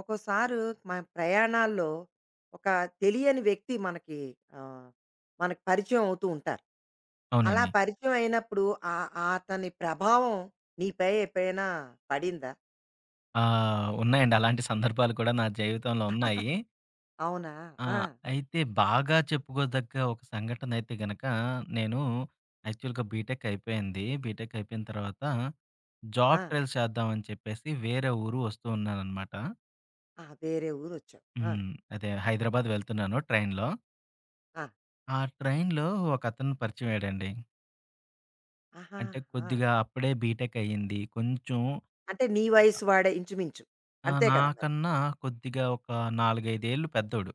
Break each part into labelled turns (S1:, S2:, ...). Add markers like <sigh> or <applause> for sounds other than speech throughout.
S1: ఒక్కోసారు మన ప్రయాణాల్లో ఒక తెలియని వ్యక్తి మనకి ఆ, మనకి పరిచయం అవుతూ ఉంటారు. అలా
S2: అవునండి.
S1: పరిచయం అయినప్పుడు ఆ ఆ అతని ప్రభావం నీపై ఎప్పుడైనా పడిందా? అది.
S2: ఉన్నాయండి. అలాంటి సందర్భాలు కూడా నా జీవితంలో ఉన్నాయి.
S1: అవునా?
S2: ఆ!
S1: ఆ!
S2: అయితే బాగా చెప్పుకోదగ్గ ఒక సంఘటనైతే గనక, నేను యాక్చువల్‌గా బీటెక్ అయిపోయింది. బీటెక్ అయిపోయిన తర్వాత
S1: ఆ!
S2: జాబ్ ట్రైల్స్ చేద్దామని చెప్పేసి వేరే ఊరు వస్తూ ఉన్నాననమాట.
S1: ఆ! వేరే ఊరొచ్చావు. ఆ!
S2: హ్మ్. అదే హైదరాబాద్ వెళ్తున్నాను ట్రైన్‌లో.
S1: ఆ!
S2: ఆ ట్రైన్‌లో ఒకతను పరిచయమయ్యాడండి.
S1: ఆహా!
S2: అంటే
S1: ఆ!
S2: కొద్దిగా అప్పుడే బీటెక్ అయ్యింది. కొంచెం
S1: అంటే నీ వయసు వాడే ఇంచుమించు.
S2: ఆ!
S1: అంతే కదా మరి
S2: నాకన్నా కొద్దిగా ఒక 4, 5 ఏళ్ళు పెద్దోడు.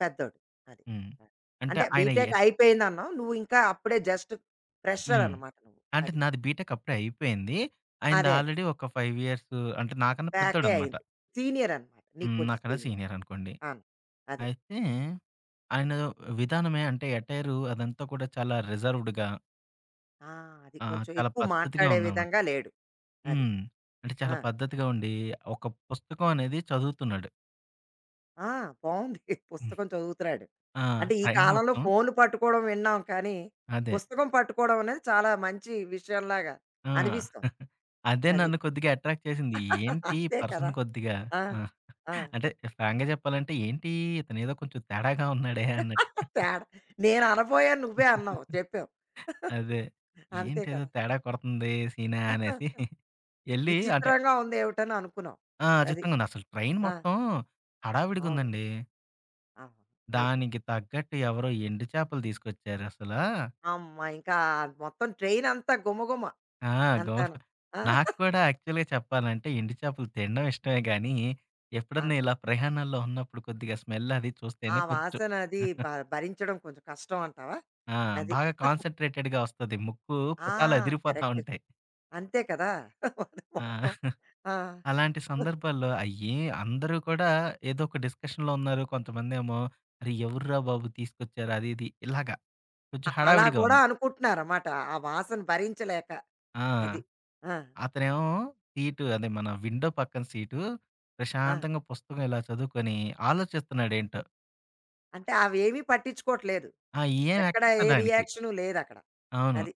S1: పెద్దోడు. అది.
S2: హ్మ్.
S1: ఆ!
S2: అంటే
S1: అంటే
S2: ఆయన ఎ
S1: బీటెక్ అయిపోయిందన్నావు. నువ్వు ఇంకా అప్పుడే జస్ట్ ఫ్రెషర్
S2: హ్మ్.
S1: అనమాట నువ్వు.
S2: అంటే
S1: అది.
S2: నాది బీటెక్ అప్పుడే అయిపోయింది. ఆయనది
S1: అదే.
S2: ఆల్రెడీ ఒక 5 ఇయర్స్, అంటే నాకన్నా
S1: బ్యాకే
S2: పెద్దోడనమాట.
S1: అయింది. సీనియర్ అనమాట.
S2: హ్మ్.
S1: నీకు కొంచెం
S2: నాకన్నా
S1: సీనియర్.
S2: సీనియర్ అనుకోండి.
S1: అవును. అదే.
S2: అయితే ఆయన విధానమే, అంటే ఎటైరు అదంతా కూడా చాలా రిజర్వ్డ్‌గా,
S1: ఆ! అది కొంచెం
S2: చాలా
S1: ఎక్కువ
S2: పద్ధతిగా
S1: మాట్లాడే
S2: ఉందనమాట.
S1: విధంగా లేడు. అది.
S2: హ్మ్. అంటే
S1: ఆ!
S2: చాలా పద్ధతిగా ఉండి ఒక పుస్తకం అనేది చదువుతున్నాడు.
S1: ఆ! బావుంది. <laughs> పుస్తకం చదువుతున్నాడు.
S2: ఆ!
S1: అంటే ఈ
S2: ట్రైన్
S1: కాలంలో
S2: మొత్తం
S1: ఫోన్‌లు పట్టుకోవడం విన్నాం కానీ,
S2: అదే.
S1: పుస్తకం పట్టుకోవడం అనేది చాలా మంచి విషయంలాగా
S2: ఆ!
S1: అనిపిస్తోంది.
S2: <laughs> అదే
S1: అది.
S2: నన్ను కొద్దిగా అట్రాక్ట్ చేసింది. ఏంటి
S1: <laughs>
S2: ఈ
S1: అంతే
S2: పర్సన్
S1: కదా!
S2: కొద్దిగా
S1: ఆ!
S2: ఆ!
S1: ఆ!
S2: అంటే ఫ్రాంక్‌గా చెప్పాలంటే, ఏంటి ఇతనేదో కొంచెం తేడాగా ఉన్నాడే అన్నట్టు.
S1: <laughs> తేడా నేను అనబోయాను. నువ్వే అన్నావు. చెప్పావు.
S2: అదే.
S1: <laughs> అంతే
S2: ఏంటేదో
S1: కదా!
S2: తేడా కొడుతుంది సీనా అనేసి
S1: <laughs>
S2: ఎళ్లి అంటే
S1: విచిత్రంగా ఉందేవిటని అనుకున్నాం.
S2: ఆ!
S1: అది.
S2: చిత్రంగుంది. అసలు ట్రైన్
S1: ఆ!
S2: మొత్తం
S1: అవును.
S2: హడావిడిగుందండి.
S1: ఆహా! ఓకే.
S2: దానికి తగ్గట్టు ఎవరో ఎండు చేపలు తీసుకొచ్చారసలా.
S1: అమ్మ! ఇంకా మొత్తం ట్రైనంతా గుమగుమ
S2: ఆ! గో
S1: అంతాను. ఆ!
S2: నాకు
S1: <laughs>
S2: కూడా యాక్చువల్‌గా చెప్పాలంటే ఎండు చేపలు తినడం ఇష్టమే గానీ, ఎప్పుడన్నా
S1: అదే.
S2: ఇలా ప్రయాణాల్లో ఉన్నప్పుడు కొద్దిగా స్మెల్ అది
S1: ఆ
S2: చూస్తేనే కొంచెం
S1: వాసన అది
S2: <laughs>
S1: భరించడం కొంచెం కష్టం అంటావా?
S2: ఆ!
S1: అది.
S2: బాగా కాన్సంట్రేటెడ్‌గా వస్తది. ముక్కు
S1: ఆ!
S2: పుటాలు అదిరిపోతా
S1: కరెక్ట్.
S2: ఉంటాయి.
S1: అంతే కదా! <laughs> అది మొత్తం.
S2: ఆ!
S1: ఆ!
S2: అలాంటి సందర్భాల్లో అయ్యి అందరూ కూడా ఏదో ఒక డిస్కషన్‌లో ఉన్నారు. కొంతమందేమో, "అరే! ఎవర్రా బాబు తీసుకొచ్చారు" అది ఇది ఇలాగా కొంచెం
S1: అలా
S2: హడావిడిగా
S1: కూడా
S2: ఉంది.
S1: అనుకుంటున్నారన్నమాట. ఆ వాసన భరించలేక. అది.
S2: ఆ!
S1: ఆ!
S2: అతనేమో సీటు, అదే మన విండో పక్కన సీటు,
S1: ఆ!
S2: ప్రశాంతంగా పుస్తకం ఇలా చదువుకొని ఆలోచిస్తున్నాడేంటో.
S1: అంటే అవేమీ పట్టించుకోవట్లేదు.
S2: ఆ! ఏం
S1: ఎక్కడ ఏ
S2: ఎక్కట్లేదు ఆయనకి.
S1: రియాక్షను లేదక్కడ.
S2: అవును.
S1: అది.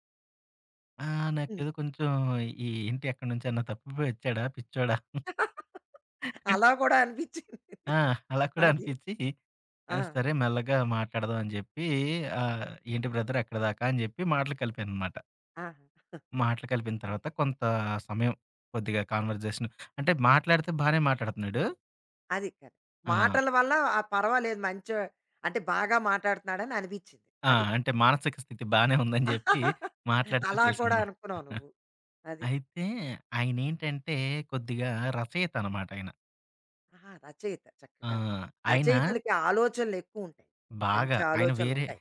S2: ఆ!
S1: హ్మ్.
S2: నాకేదో కొంచెం ఈ ఏంటి ఎక్కడి నుంచన్నా తప్పిపోయి వచ్చాడా పిచ్చోడా?
S1: <laughs> అలా
S2: <laughs>
S1: కూడా అనిపించింది.
S2: ఆ! అలా కూడా
S1: అది.
S2: అనిపించి ఆ!
S1: ఆ!
S2: సరే, మెల్లగా మాట్లాడదాం అని జెప్పి ఆహ్, ఏంటి బ్రదర్ ఎక్కడిదాకా అని జెప్పి మాటలు కలిపాననమాట.
S1: ఆహా!
S2: మాటలు కలిపిన
S1: ఆ!
S2: తర్వాత కొంత సమయం కొద్దిగా కాన్వర్జేషన్, అంటే మాట్లాడితే బానే మాట్లాడుతున్నాడు.
S1: అది కదా.
S2: ఆ!
S1: మాటల వల్ల ఆ పర్వాలేదు మంచి అంటే బాగా మాట్లాడుతున్నాడని అనిపించింది.
S2: ఆ!
S1: అది.
S2: అంటే మానసిక స్థితి బానే ఉందని జెప్పి
S1: <laughs>
S2: మాట్లాడితే
S1: అలా కూడా
S2: తెలిసిందనమాట.
S1: అనుకున్నావు నువ్వు. అది.
S2: అయితే ఆయనేంటంటే కొద్దిగా రచయిత అనమాట ఆయన.
S1: ఆహా! రచయిత
S2: ఆ!
S1: చక్కగాను.
S2: ఆయన
S1: రచయితలకి ఆలోచనలెక్కువుంటాయి.
S2: బాగా,
S1: మంచి ఆలోచనలుంటాయి.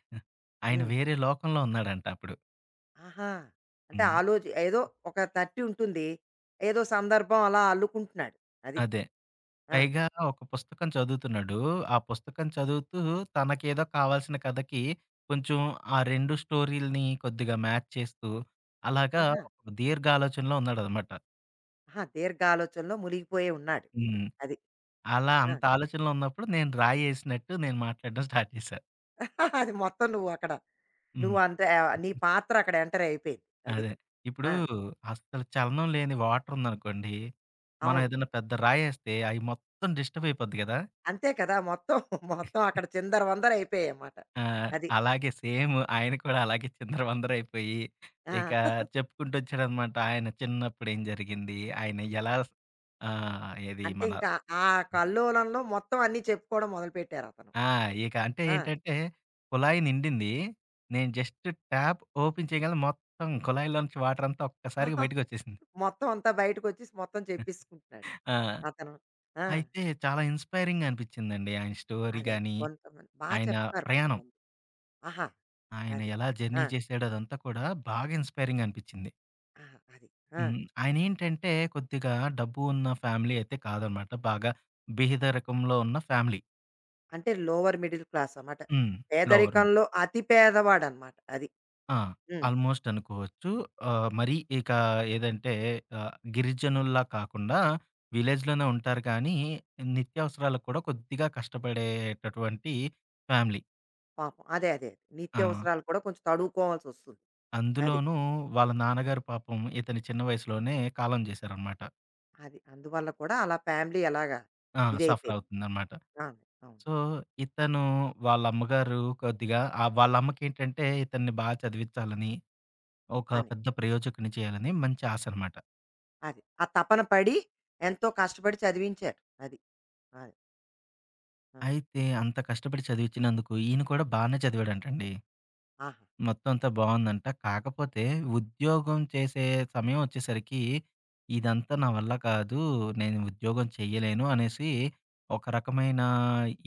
S2: ఆయన
S1: హ్మ్.
S2: వేరే లోకంలో ఉన్నాడంట అప్పుడు.
S1: ఆహా! అంటే
S2: హ్మ్.
S1: ఏదో ఒక తట్టి ఉంటుంది. ఏదో సందర్భం అలా అల్లుకుంటున్నాడు. అది.
S2: అదే.
S1: ఆ!
S2: పైగా ఒక పుస్తకం చదువుతున్నాడు. ఆ పుస్తకం చదువుతూ తనకేదో కావాల్సిన కథకి కొంచెం ఆ 2 స్టోరీ‌లని కొద్దిగా మ్యాచ్ చేస్తూ అలాగా
S1: ఆహా!
S2: ఒక దీర్ఘ ఆలోచనలో ఉన్నాడనమాట.
S1: ఆహా! దీర్ఘ ఆలోచనలో మునిగిపోయే ఉన్నాడు.
S2: హ్మ్.
S1: అది.
S2: అలా
S1: ఆ!
S2: అంత ఆలోచనలో ఉన్నప్పుడు నేను రాయేసినట్టు నేను మాట్లాడడం స్టార్ట్ చేశా.
S1: <laughs> అది మొత్తం నువ్వు అక్కడ
S2: హ్మ్.
S1: నువ్వు అంతే నీ పాత్ర అక్కడ ఎంటర్ అయిపోయింది. అది.
S2: అదే. ఇప్పుడు
S1: ఆ!
S2: అస్సలు చలనం లేని వాటర్ ఉందనుకోండి. మనం
S1: అవును.
S2: ఏదైనా పెద్ద రాయేస్తే అయి మొత్తం డిస్టర్బ్ అయిపోద్ది గదా!
S1: అంతే కదా! మొత్తం, <laughs> మొత్తం అక్కడ చిందరవందర అయిపోయాయన్నమాట.
S2: ఆ!
S1: అది.
S2: అలాగే సేమ్ ఆయన కూడా అలాగే చిందరవందరయిపోయి,
S1: ఆ!
S2: ఇక
S1: <laughs>
S2: చెప్పుకుంటొచ్చాడనమాట. ఆయన చిన్నప్పుడేం జరిగింది, ఆయన ఎలా ఏది
S1: అంటే
S2: మన
S1: ఇంకా ఆ కల్లోలంలో మొత్తం అన్నీ చెప్పుకోవడం మొదలుపెట్టారతను.
S2: ఆ! ఇక అంటే
S1: ఆ!
S2: ఏంటంటే, కుళాయి నిండింది. నేను జస్ట్ ట్యాప్ ఓపెన్ చేయగానే మొత్తం కుళాయిలోంచి వాటరంతా ఒక్కసారిగా
S1: <laughs>
S2: బయటికొచ్చేసింది.
S1: మొత్తం అంతా బయటకొచ్చేసి మొత్తం చెప్పేసుకుంటున్నాడు
S2: ఆ!
S1: అతను. ఆ!
S2: అయితే చాలా ఇన్‌స్పైరింగ్ అనిపిచ్చిందండి. ఆయన స్టోరీ
S1: అదే. అదే.
S2: గాని,
S1: కొంతమంది
S2: ఆయన
S1: చెప్తారు
S2: ప్రయాణం,
S1: కొంతమంది. ఆహా!
S2: ఆయన
S1: అది.
S2: ఎలా జర్నీ
S1: ఆ!
S2: చేసాడో అదంతా కూడా బాగా ఇన్‌స్పైరింగ్ అనిపిచ్చింది.
S1: ఆహా! అది. ఆ!
S2: హ్మ్. ఆయనేంటంటే కొద్దిగా డబ్బు ఉన్న ఫ్యామిలీ అయితే కాదనమాట. బాగా బీదరికంలో ఉన్న ఫ్యామిలీ.
S1: అంటే లోవర్ మిడిల్ క్లాసన్నమాట.
S2: హ్మ్. Lower middle.
S1: పేదరికంలో అతి పేదవాడన్నమాట. అది.
S2: ఆ!
S1: హ్మ్.
S2: ఆల్‌మోస్ట్ అనుకోవచ్చు. మరీ ఇక ఏదంటే గిరిజనుల్లా కాకుండా విలేజ్‌లోనే ఉంటారు కానీ, నిత్యావసరాలకు కూడా కొద్దిగా కష్టపడేటటువంటి ఫ్యామిలీ.
S1: పాపం. అదే. అదే.
S2: ఆ!
S1: నిత్యావసరాలు కూడా కొంచెం తడువుకోవాల్సొస్తుంది. అది.
S2: అందులోనూ వాళ్ళ నాన్నగారు పాపం ఇతని చిన్న వయసులోనే కాలం చేశారనమాట.
S1: అది. అందువల్ల కూడా అలా ఫ్యామిలీ ఎలాగా
S2: ఆ! సఫర్
S1: ఇదైపోయింది.
S2: అవుతుందనమాట.
S1: ఆ! అవును.
S2: సో, ఇతను వాళ్ళ అమ్మగారు కొద్దిగా వాళ్ళ అమ్మకేంటంటే ఇతన్ని బా చదివిచ్చాలని, ఒక
S1: కానీ
S2: పెద్ద ప్రయోజకుడిని చేయాలని మంచి ఆశ అనమాట.
S1: అది. ఆ తపన పడి ఎంతో కష్టపడి చదివించారు. అది. అది. ఆ!
S2: అయితే అంత కష్టపడి చదివిచ్చినందుకు ఈయన కూడా బానే చదివాడంటండి.
S1: ఆహా!
S2: మొత్తం అంతా బావుందంట. కాకపోతే ఉద్యోగం చేసే సమయం వచ్చేసరికి, ఇదంతా నా వల్ల కాదు. నేను ఉద్యోగం చెయ్యలేను అనేసి, ఒక రకమైన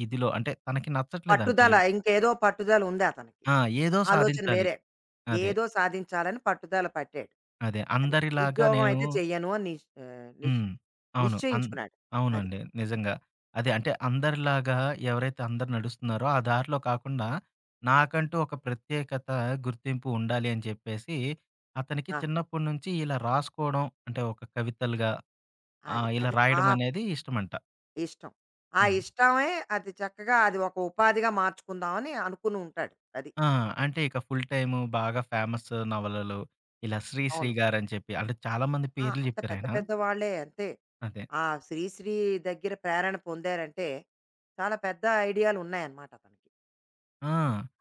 S2: ఇదిలో, అంటే తనకి నచ్చట్లేదంట
S1: పట్టుదల
S2: ఇవి.
S1: ఇంకేదో పట్టుదల ఉంది అతనికి.
S2: ఆ! ఏదో
S1: ఆలోచన
S2: సాధించాలి.
S1: వేరే.
S2: అదే.
S1: ఏదో సాధించాలని పట్టుదల పట్టాడు.
S2: అదే.
S1: అది.
S2: అందరిలాగా
S1: ఉద్యోగం
S2: నేను
S1: అయితే చెయ్యను అని నిష్ ఆహ్, నిష్
S2: హ్మ్. అవును.
S1: నిశ్చయించుకున్నాడు. అది.
S2: అవునండి. నిజంగా. అదే, అంటే అందరిలాగా ఎవరైతే అందరు నడుస్తున్నారో ఆ దారిలో కాకుండా నాకంటూ ఒక ప్రత్యేకత, గుర్తింపు ఉండాలి అని చెప్పేసి అతనికి
S1: ఆ!
S2: చిన్నప్పటి నుంచి ఇలా రాసుకోవడం, అంటే ఒక కవితలుగా
S1: అది.
S2: ఇలా
S1: అది. ఆ
S2: రాయడం అనేది ఇష్టమంట.
S1: ఇష్టం. ఆ
S2: హ్మ్.
S1: ఇష్టమే అది చక్కగా అది ఒక ఉపాధిగా మార్చుకుందామని అనుకుని ఉంటాడు. అది.
S2: ఆ! అంటే ఇక ఫుల్ టైము బాగా ఫేమస్ నవలలు ఇలా 'శ్రీశ్రీ'
S1: అవును.
S2: గారని చెప్పి, అంటే చాలా మంది
S1: ఆ!
S2: పేర్లు
S1: అంత పెద్ద
S2: చెప్పారాయన.
S1: పెద్ద వాళ్ళే అంతే.
S2: అదే.
S1: ఆ శ్రీశ్రీ దగ్గర ప్రేరణ పొందారంటే, చాలా పెద్ద ఐడియాలు ఉన్నాయన్నమాట అతనికి.
S2: ఆ!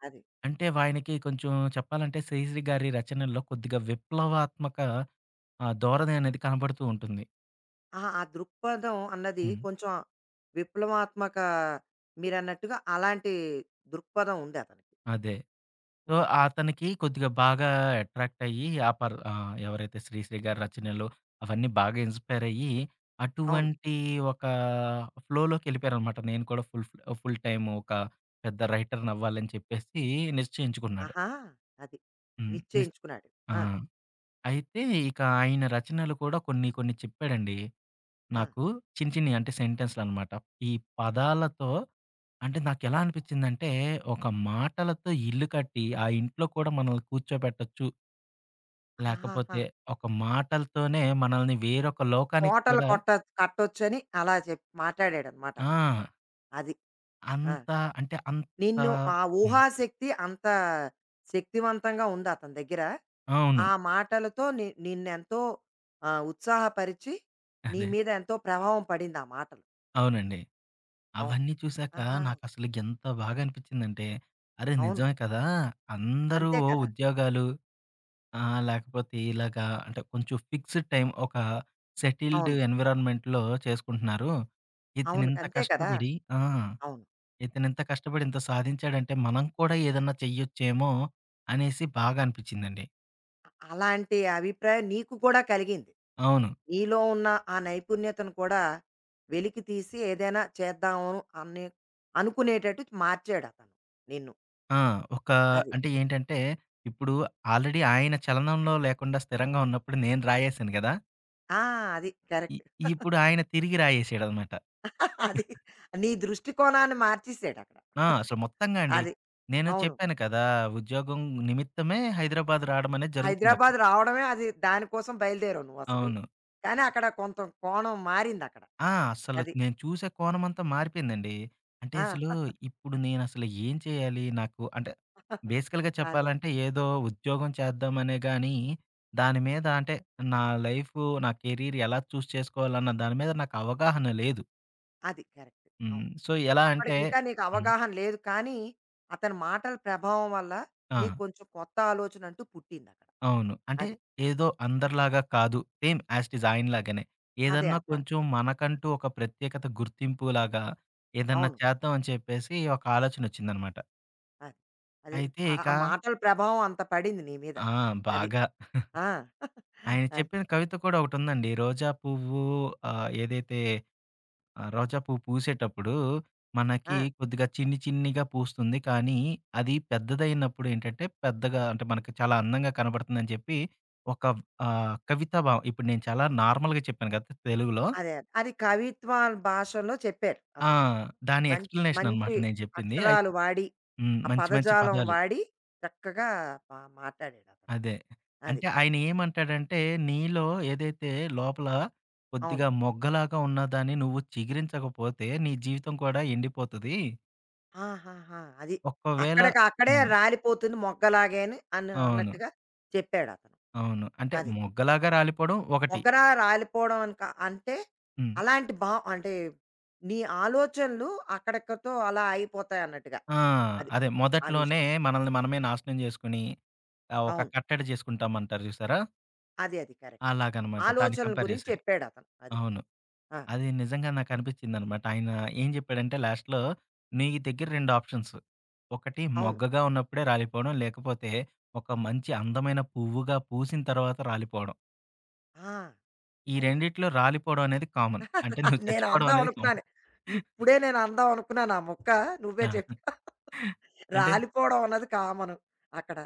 S1: అది.
S2: అంటే ఆయనకి కొంచెం చెప్పాలంటే శ్రీశ్రీ గారి రచనల్లో కొద్దిగా విప్లవాత్మక ధోరణి అనేది కనబడుతూ ఉంటుంది.
S1: అహా! ఆ దృక్పథం అన్నది
S2: హ్మ్.
S1: కొంచెం విప్లవాత్మక మీరన్నట్టుగా అలాంటి దృక్పథం ఉంది అతనికి.
S2: అదే. సో,
S1: హ్మ్.
S2: అతనికి కొద్దిగా బాగా అట్రాక్ట్ అయ్యి ఆ పర్ ఎవరైతే శ్రీశ్రీ గారి రచనలు అవన్నీ బాగా ఇన్‌స్పైర్ అయ్యి
S1: అవును.
S2: అటువంటి ఒక ఫ్లోలోకెళ్ళిపోయారనమాట. నేను కూడా ఫుల్ టైమ్ ఒక పెద్ద రైటర్‌నవ్వాలని చెప్పేసి నిశ్చయించుకున్నాడు.
S1: ఆహా! అది.
S2: హ్మ్.
S1: నిశ్చయించుకున్నాడు.
S2: ఆ!
S1: ఆ!
S2: అయితే ఇక ఆయన రచనలు కూడా కొన్ని కొన్ని చెప్పాడండి.
S1: ఆ!
S2: నాకు చిన్ని చిన్ని, అంటే సెంటెన్స్‌లనమాట. ఈ పదాలతో, అంటే నాకెలా అనిపించిందంటే, ఒక మాటలతో ఇల్లు కట్టి, ఆ ఇంట్లో కూడా మనల్ని కూర్చోబెట్టొచ్చు. లేకపోతే
S1: ఆహాహా!
S2: ఒక మాటలతోనే మనల్ని వేరొక లోకానికి
S1: కోటలు
S2: కూడా
S1: కొట్ట కట్టొచ్చని అలా చెప్పి మాట్లాడాడన్నమాట అతను.
S2: ఆ!
S1: అది. ఆ!
S2: అంత అంత
S1: నిన్ను ఆ
S2: హ్మ్.
S1: ఊహాశక్తి అంత శక్తివంతంగా ఉంది అతని దగ్గర.
S2: అవును.
S1: ఆ మాటలతో నిన్నెంతో ఉత్సాహపరిచి, నీ
S2: అదే.
S1: మీద ఎంతో ప్రభావం పడింది ఆ మాటలు.
S2: అవునండి.
S1: అవును.
S2: అవన్నీ చూసాక
S1: ఆహా!
S2: నాకసలు ఎంత బాగా అనిపించిందంటే, అరే!
S1: అవును.
S2: నిజమే కదా! అందరూ
S1: అంతే
S2: ఓ
S1: కదా!
S2: ఉద్యోగాలు ఆ! లేకపోతే ఇలాగా, అంటే కొంచెం ఫిక్స్‌డ్ టైమ్ ఒక సెటిల్డ్
S1: అవును.
S2: ఎన్విరాన్మెంట్‌లో చేసుకుంటున్నారు.
S1: అవును.
S2: ఇతనింత
S1: అంతే కదా!
S2: కష్టపడి ఆ!
S1: అవును.
S2: ఇతనింత కష్టపడి ఇంత సాధించాడంటే మనం కూడా ఏదన్నా చెయ్యొచ్చేమో అనేసి బాగా అనిపిచ్చిందండి.
S1: అలాంటి అభిప్రాయం నీకు కూడా కలిగింది.
S2: అవును.
S1: నీలో ఉన్న ఆ నైపుణ్యతను కూడా వెలికి తీసి ఏదైనా చేద్దాము అని అనుకునేటట్టు మార్చాడతను నిన్ను.
S2: ఆ! ఒక,
S1: అది.
S2: అంటే ఏంటంటే ఇప్పుడు ఆల్రెడీ ఆయన చలనంలో లేకుండా స్థిరంగా ఉన్నప్పుడు నేను రాయేసాను గదా!
S1: ఆ! అది.
S2: ఇ
S1: కరెక్ట్.
S2: ఇప్పుడు ఆయన తిరిగి రాయేసాడనమాట.
S1: అది నీ దృష్టికోణాన్ని మార్చేసాడు అక్కడ.
S2: ఆ! అసలు మొత్తంగా అండి.
S1: అది.
S2: నేను
S1: అవును.
S2: చెప్పాను కదా! ఉద్యోగం నిమిత్తమే హైదరాబాద్ రావడం అనేది జరుగుతుందక్కడ.
S1: హైదరాబాద్ రావడమే అది దానికోసం బయలుదేరావు నువ్వసలు.
S2: అవును.
S1: కానీ అక్కడ కొంత కోణం మారిందక్కడ.
S2: ఆ! అసలు
S1: అది.
S2: నేను చూసే కోణమంతా మారిపోయిందండి. అంటే అసలు
S1: ఆ!
S2: ఇప్పుడు నేనసలు ఏం చేయాలి? నాకు, అంటే
S1: <laughs>
S2: బేసికల్‌గా
S1: అదే.
S2: చెప్పాలంటే ఏదో ఉద్యోగం చేద్దామనే గాని, దాని మీద, అంటే నా లైఫు, నా కెరీర్ ఎలా చూస్ చేసుకోవాలన్న దాని మీద నాకు అవగాహన లేదు.
S1: అది కరెక్ట్.
S2: హ్మ్.
S1: అవును.
S2: సో, ఎలా అంటే
S1: అప్పటికింకా నీకు
S2: హ్మ్.
S1: అవగాహన లేదు కానీ, అతని మాటల ప్రభావం వల్ల
S2: ఆ!
S1: నీకు కొంచెం కొత్త ఆలోచనంటూ పుట్టిందక్కడ.
S2: అవును. అంటే
S1: అది.
S2: ఏదో అందరిలాగా కాదు. సేమ్ యాజ్ ఇట్ ఈజ్ ఆయనలాగానే.
S1: అదే
S2: ఏదన్నా
S1: అత
S2: కొంచెం మనకంటూ ఒక ప్రత్యేకత గుర్తింపులాగా ఏదన్నా
S1: అవును.
S2: చేద్దాం అని చెప్పేసి ఒక ఆలోచనొచ్చిందనమాట.
S1: అది. అది
S2: అయితే
S1: ఆ
S2: ఇక
S1: ఆ మాటల ప్రభావం అంత పడింది నీ మీద.
S2: ఆ!
S1: అది.
S2: బాగా.
S1: ఆ! <laughs>
S2: ఆయన
S1: అది.
S2: చెప్పిన కవిత కూడా ఒకటుందండి. రోజా పువ్వు, ఏదైతే ఆ! రోజా పువ్వు పూసేటప్పుడు
S1: ఆ!
S2: మనకి కొద్దిగా చిన్ని చిన్నిగా పూస్తుంది. కానీ అది పెద్దదయినప్పుడు ఏంటంటే పెద్దగా, అంటే మనకి చాలా అందంగా కనబడుతుందని చెప్పి ఒక కవితా భావం. ఇప్పుడు నేను చాలా నార్మల్‌గా చెప్పాను కదా! తెలుగులో.
S1: అదే. అదే. అది కవిత్వ భాషలో చెప్పారు
S2: ఆ!
S1: అతను.
S2: దాని
S1: మంచి,
S2: ఎక్స్‌ప్లనేషన్ అనమాట
S1: మంచి
S2: నేను చెప్పింది. అయితే
S1: అక్షరాలు వాడి,
S2: హ్మ్.
S1: ఆ
S2: మంచి మంచి
S1: పదజాలం
S2: పదాలు.
S1: వాడి చక్కగా మాట్లాడాడతను.
S2: అదే.
S1: అది.
S2: అంటే ఆయన ఏమంటాడంటే నీలో ఏదైతే లోపల
S1: అవును.
S2: కొద్దిగా మొగ్గలాగా ఉన్నదాన్ని నువ్వు చిగిరించకపోతే నీ జీవితం కూడా ఎండిపోతది.
S1: ఆహాహా! అది.
S2: ఒకవేళ
S1: అక్కడికి అక్కడే
S2: హ్మ్.
S1: రాలిపోతుంది మొగ్గలాగే అని
S2: అవును.
S1: అన్నట్టుగా చెప్పాడతను.
S2: అవును. అంటే
S1: అది.
S2: మొగ్గలాగా రాలిపోవడం ఒకటి.
S1: మొగరా రాలిపోవడం అని కా అంటే
S2: హ్మ్.
S1: అలాంటి భా అంటే నీ ఆలోచనలు అక్కడక్కడితో అలా ఆగిపోతాయన్నట్టుగా.
S2: ఆ!
S1: అది.
S2: అదే
S1: ఆ
S2: మొదట్లోనే
S1: విషయం.
S2: మనల్ని మనమే నాశనం చేసుకొని ఒక
S1: అవును.
S2: కట్టడి చేసుకుంటామంటారు చూసారా?
S1: అది అది కరెక్ట్.
S2: అలాగనమాట. దాన్ని
S1: ఆలోచనల
S2: కంపేర్
S1: గురించి
S2: చేశాడు.
S1: చెప్పాడతను. అది.
S2: అవును.
S1: ఆ!
S2: అది నిజంగా నాకనిపించిందనమాట. ఆయన ఏం చెప్పాడంటే లాస్ట్‌లో, "నీ దగ్గర 2 ఆప్షన్స్. ఒకటి
S1: అవును.
S2: మొగ్గగా ఉన్నప్పుడే రాలిపోవడం. లేకపోతే ఒక మంచి అందమైన పువ్వుగా పూసిన తర్వాత రాలిపోవడం.
S1: ఆ!
S2: ఈ
S1: అది.
S2: రెండిట్లో రాలిపోవడం అనేది కామన్. అంటే
S1: <laughs>
S2: నువ్వు
S1: నేను
S2: చచ్చిపోవడం
S1: అందాం
S2: అనేది కామన్."
S1: అనుకున్నాను. ఇప్పుడే నేను అందాం అనుకున్నాను. ఆ ముక్క నువ్వే
S2: ఆ!
S1: చెప్పావు.
S2: అంటే
S1: రాలిపోవడం అన్నది కామను అక్కడ.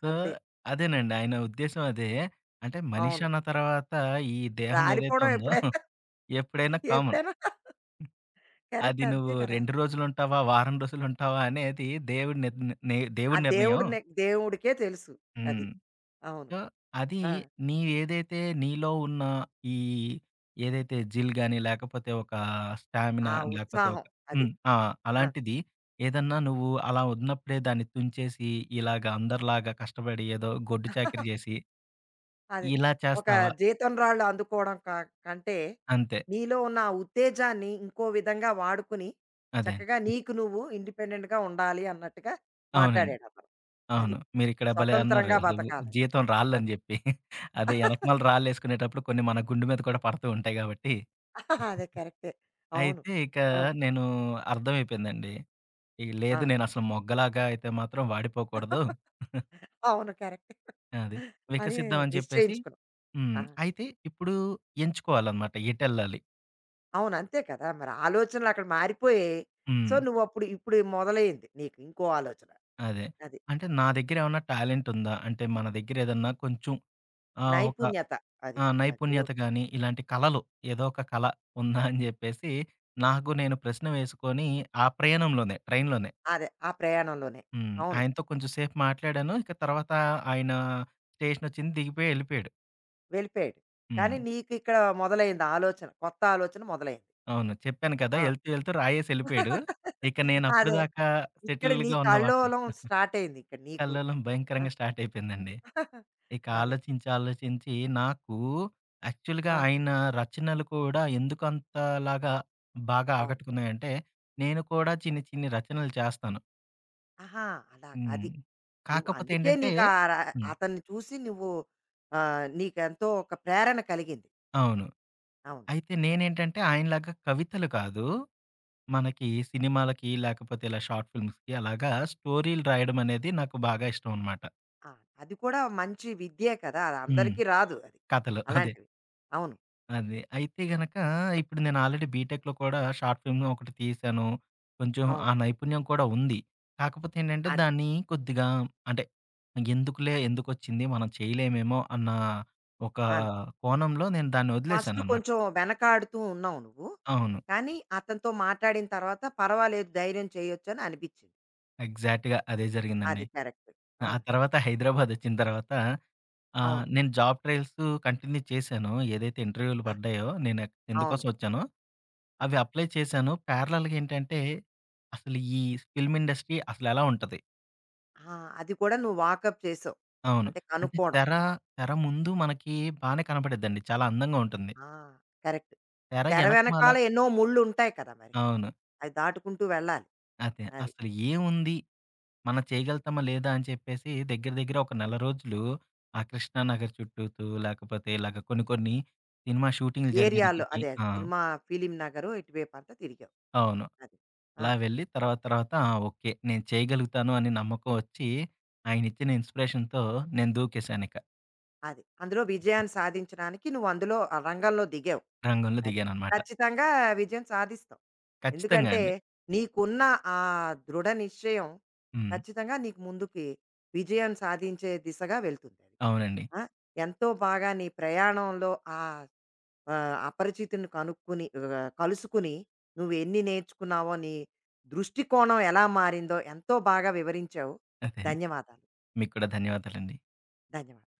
S2: సో,
S1: అంతే.
S2: అదేనండి. ఆయన ఉద్దేశ్యం అదే. అంటే మనిషి
S1: అవును.
S2: అన్న తర్వాత ఈ దేహం ఏదైతే
S1: రాలిపోవడం
S2: ఉందో
S1: ఎప్పుడైనా
S2: <laughs>
S1: <laughs>
S2: ఎప్పుడైనా కామన్.
S1: ఎప్పుడైనా
S2: అది
S1: కరెక్ట్ అంతే
S2: నువ్వు
S1: కదా!
S2: 2 రోజులుంటావా? వారం రోజులుంటావా? అనేది దేవుడి నిర్ ని
S1: ఆ
S2: దేవుడి నిర్ణయం.
S1: దేవుడినే దేవుడికే తెలుసు. అది.
S2: హ్మ్.
S1: అవును.
S2: సో, అది
S1: ఆ!
S2: నీవేదైతే నీలో ఉన్న ఈ ఏదైతే జిల్ గాని, లేకపోతే ఒక స్టామినా,
S1: ఆ
S2: లేకపోతే ఒక
S1: ఉత్సాహం అది.
S2: హ్మ్. ఆ!
S1: ఆ!
S2: అలాంటిది ఏదన్నా నువ్వు అలా ఉన్నప్పుడే దాన్ని తుంచేసి, ఇలాగ అందరిలాగా కష్టపడి ఏదో గొడ్డు చాకిరీ
S1: <laughs>
S2: చేసి
S1: అది.
S2: ఇలా
S1: ఒక
S2: చేస్తావా?
S1: జీతం రాళ్ళు అందుకోవడం కంటే,
S2: అంతే.
S1: నీలో ఉన్న ఆ ఉత్తేజాన్ని ఇంకో విధంగా వాడుకుని,
S2: అదే. అండి.
S1: చక్కగా నీకు నువ్వు ఇండిపెండెంట్‌గా ఉండాలి అన్నట్టుగా
S2: అవునండి.
S1: మాట్లాడాడతను. అది.
S2: అవును. మీరిక్కడ భలే అన్నారు.
S1: స్వతంత్రంగా
S2: అది ఉ
S1: బతకాలి.
S2: జీతం రాళ్ళని
S1: అది.
S2: జెప్పి. అదే
S1: <laughs>
S2: ఎనకమాల రాళ్ళేసుకునేటప్పుడు కొన్ని మన గుండు మీద కూడా పడుతూ ఉంటాయి గాబట్టి.
S1: అదే కరెక్టే. అవును.
S2: అయితే ఇక
S1: ఆ!
S2: నేను అర్థమైపోయిందండి. ఇగ
S1: ఆ!
S2: లేదు, నేనసలు మొగ్గలాగా అయితే మాత్రం వాడిపోకూడదు.
S1: అవును. కరెక్టే.
S2: అది.
S1: అని
S2: వికసిద్దాం అని చెప్పేసి
S1: నిశ్చయించుకున్నావు.
S2: హ్మ్.
S1: ఆ!
S2: అయితే ఇప్పుడు ఎంచుకోవాలన్నమాట ఎటెళ్ళాలి.
S1: అవును. అంతే కదా! మరి ఆలోచనలు అక్కడ మారిపోయాయి. సో,
S2: హ్మ్.
S1: నువ్వప్పుడు ఇప్పుడు మొదలైంది నీకు ఇంకో ఆలోచన.
S2: అదే.
S1: అది.
S2: అంటే నా దగ్గరేమన్నా టాలెంట్ ఉందా? అంటే మన దగ్గరేదన్నా కొంచెం ఒక
S1: నైపుణ్యత. అది.
S2: ఆ!
S1: అది.
S2: నైపుణ్యత గాని, ఇలాంటి కళలు, ఏదో ఒక కళ ఉందా అని జెప్పేసి, నాకు నేను ప్రశ్న వేసుకొని, ఆ ప్రయాణంలోనే ట్రైన్‌లోనే
S1: అదే. ఆ ప్రయాణంలోనే.
S2: హ్మ్.
S1: అవును.
S2: ఆయనతో కొంచెం సేపు మాట్లాడాను. ఇక తర్వాత ఆయన స్టేషనొచ్చింది, దిగిపోయి ఎళ్ళిపోయాడు.
S1: వెళ్ళిపోయాడు. కానీ
S2: హ్మ్.
S1: నీకు ఇక్కడ మొదలైంది ఆలోచన. కొత్త ఆలోచన మొదలైంది.
S2: అవును. చెప్పాను కదా!
S1: ఆ!
S2: ఎళ్తూ ఎళ్తూ రాయేసి ఎళ్ళిపోయాడు.
S1: <laughs>
S2: ఇక నేను
S1: అదే.
S2: అప్పటిదాకా
S1: ఇక్కడ నీ
S2: సెటిల్డ్‌గా ఉన్న వాటర్
S1: కల్లోలం స్టార్ట్ అయింది ఇక్కడ నీకు.
S2: కల్లోలం
S1: ఆ!
S2: భయంకరంగా స్టార్ట్ అయిపోయిందండి.
S1: <laughs>
S2: ఇక
S1: అదే.
S2: ఆలోచించి, ఆలోచించి నాకు యాక్చువల్‌గా
S1: ఆ!
S2: ఆయన రచనలు కూడా ఎందుకు అంతలాగా బాగా
S1: అవును.
S2: ఆకట్టుకున్నాయంటే, నేను కూడా చిన్ని, చిన్ని రచనలు చేస్తాను.
S1: ఆహా! అలా
S2: హ్మ్.
S1: అది. నువ్వు
S2: కాకపోతే
S1: అందుకే
S2: ఏంటంటే
S1: నీకు ఆ ర
S2: హ్మ్.
S1: అతన్ని చూసి నువ్వు నీకెంతో ఒక ప్రేరణ కలిగింది.
S2: అవును.
S1: అవును.
S2: అయితే నేనేంటంటే ఆయనలాగా కవితలు కాదు. మనకి సినిమాలకి, లేకపోతే ఇలా షార్ట్ ఫిల్మ్స్‌కి అలాగా స్టోరీలు రాయడం అనేది నాకు బాగా ఇష్టం అనమాట.
S1: ఆ! అది కూడా మంచి విద్యే కదా! అది
S2: హ్మ్.
S1: అందరికీ రాదు అది.
S2: కథలు అదే.
S1: అలాంటివి. అవును.
S2: అది. అయితే గనక ఇప్పుడు నేను ఆల్రెడీ బీటెక్‌లో కూడా షార్ట్ ఫిల్మ్ ఒకటి తీశాను. కొంచెం ఆ
S1: అవును.
S2: నైపుణ్యం కూడా ఉంది. కాకపోతే ఏంటంటే
S1: అదే.
S2: దాన్ని కొద్దిగా, అంటే ఎందుకులే, ఎందుకొచ్చింది, మనం చేయలేమేమో అన్న ఒక
S1: అవును.
S2: కోణంలో నేను దాన్ని
S1: ఫస్ట్
S2: వదిలేసాననమాట.
S1: కొంచెం వెనకాడుతూ ఉన్నావు నువ్వు.
S2: అవును.
S1: కానీ అతనితో మాట్లాడిన తర్వాత పర్వాలేదు ధైర్యం చేయొచ్చు అని అనిపించింది.
S2: ఎగ్జాక్ట్‌గా అదే జరిగిందండి.
S1: అది కరెక్ట్. ఆ!
S2: ఆ తర్వాత హైదరాబాద్ వచ్చిన తర్వాత
S1: అవును.
S2: నేను జాబ్ ట్రయల్స్ కంటిన్యూ చేశాను. ఏదైతే ఇంటర్వ్యూలు
S1: ఆహా!
S2: పడ్డాయో నేను
S1: అవును.
S2: ఎందుకోసం వచ్చానో అవి
S1: ఆహా!
S2: అప్లై చేశాను. ప్యారలల్‌గా ఏంటంటే, అసలు ఈ ఫిల్మ్ ఇండస్ట్రీ అసలెలా ఉంటది?
S1: ఆ! అది కూడా నువ్వు వాకప్ చేసావు.
S2: అవును.
S1: అంటే
S2: అంటే
S1: కనుక్కోవడం.
S2: తెర ముందు మనకి బానే కనపడిద్దండి. చాలా అందంగా ఉంటుంది.
S1: ఆ! కరెక్ట్.
S2: తెర
S1: తెర
S2: ఎనకమాల
S1: వెనకాల ఎన్నో ముళ్ళుంటాయి కదా! మరి.
S2: అవును.
S1: అవి దాటుకుంటూ వెళ్ళాలి.
S2: అదే.
S1: అది.
S2: అసలు ఏముంది? మనం చేయగలుగుతామా? లేదా? అని చెప్పేసి దగ్గర దగ్గర ఒక నెల రోజులు ఆ కృష్ణానగర్ చుట్టూతూ, లేకపోతే ఇలాగ కొన్ని కొన్ని సినిమా షూటింగ్‌లు జరిగే
S1: ఏరియాలో
S2: దగ్గరికి
S1: అదే అదే.
S2: ఆ!
S1: సినిమా ఫిలిం నగరు ఇటువైపు అంతా తిరిగావు.
S2: అవును.
S1: అది. ఆ!
S2: అలా వెళ్ళి తర్వాత తర్వాత ఆ! ఓకే. నేను చేయగలుగుతాను అని నమ్మకం ఒచ్చి ఆయనిచ్చిన ఇన్‌స్పిరేషన్‌తో నేను దూకేశానిక.
S1: అది. అందులో విజయాన్ని సాధించడానికి నువ్వు అందులో ఆ రంగంలో దిగావు.
S2: రంగంలో
S1: అది.
S2: దిగాననమాట.
S1: ఖచ్చితంగా విజయం సాధిస్తావు.
S2: ఖచ్చితంగా
S1: ఎందుకంటే
S2: అండి.
S1: నీకున్న ఆ దృఢ నిశ్చయం
S2: హ్మ్.
S1: ఖచ్చితంగా నీకు ముందుకి విజయం సాధించే దిశగా వెళ్తుంది అది
S2: అవునండి.
S1: ఆ, ఎంతో బాగా నీ ప్రయాణంలో ఆ ఆ, అపరిచితుని కనుక్కుని కలుసుకుని నువ్వు ఎన్ని నేర్చుకున్నావో నీ దృష్టికోణం ఎలా మారిందో ఎంతో బాగా వివరించావు.
S2: అదే అండి.
S1: ధన్యవాదాలు.
S2: మీకు కూడా ధన్యవాదాలండి.
S1: ధన్యవాదాలు.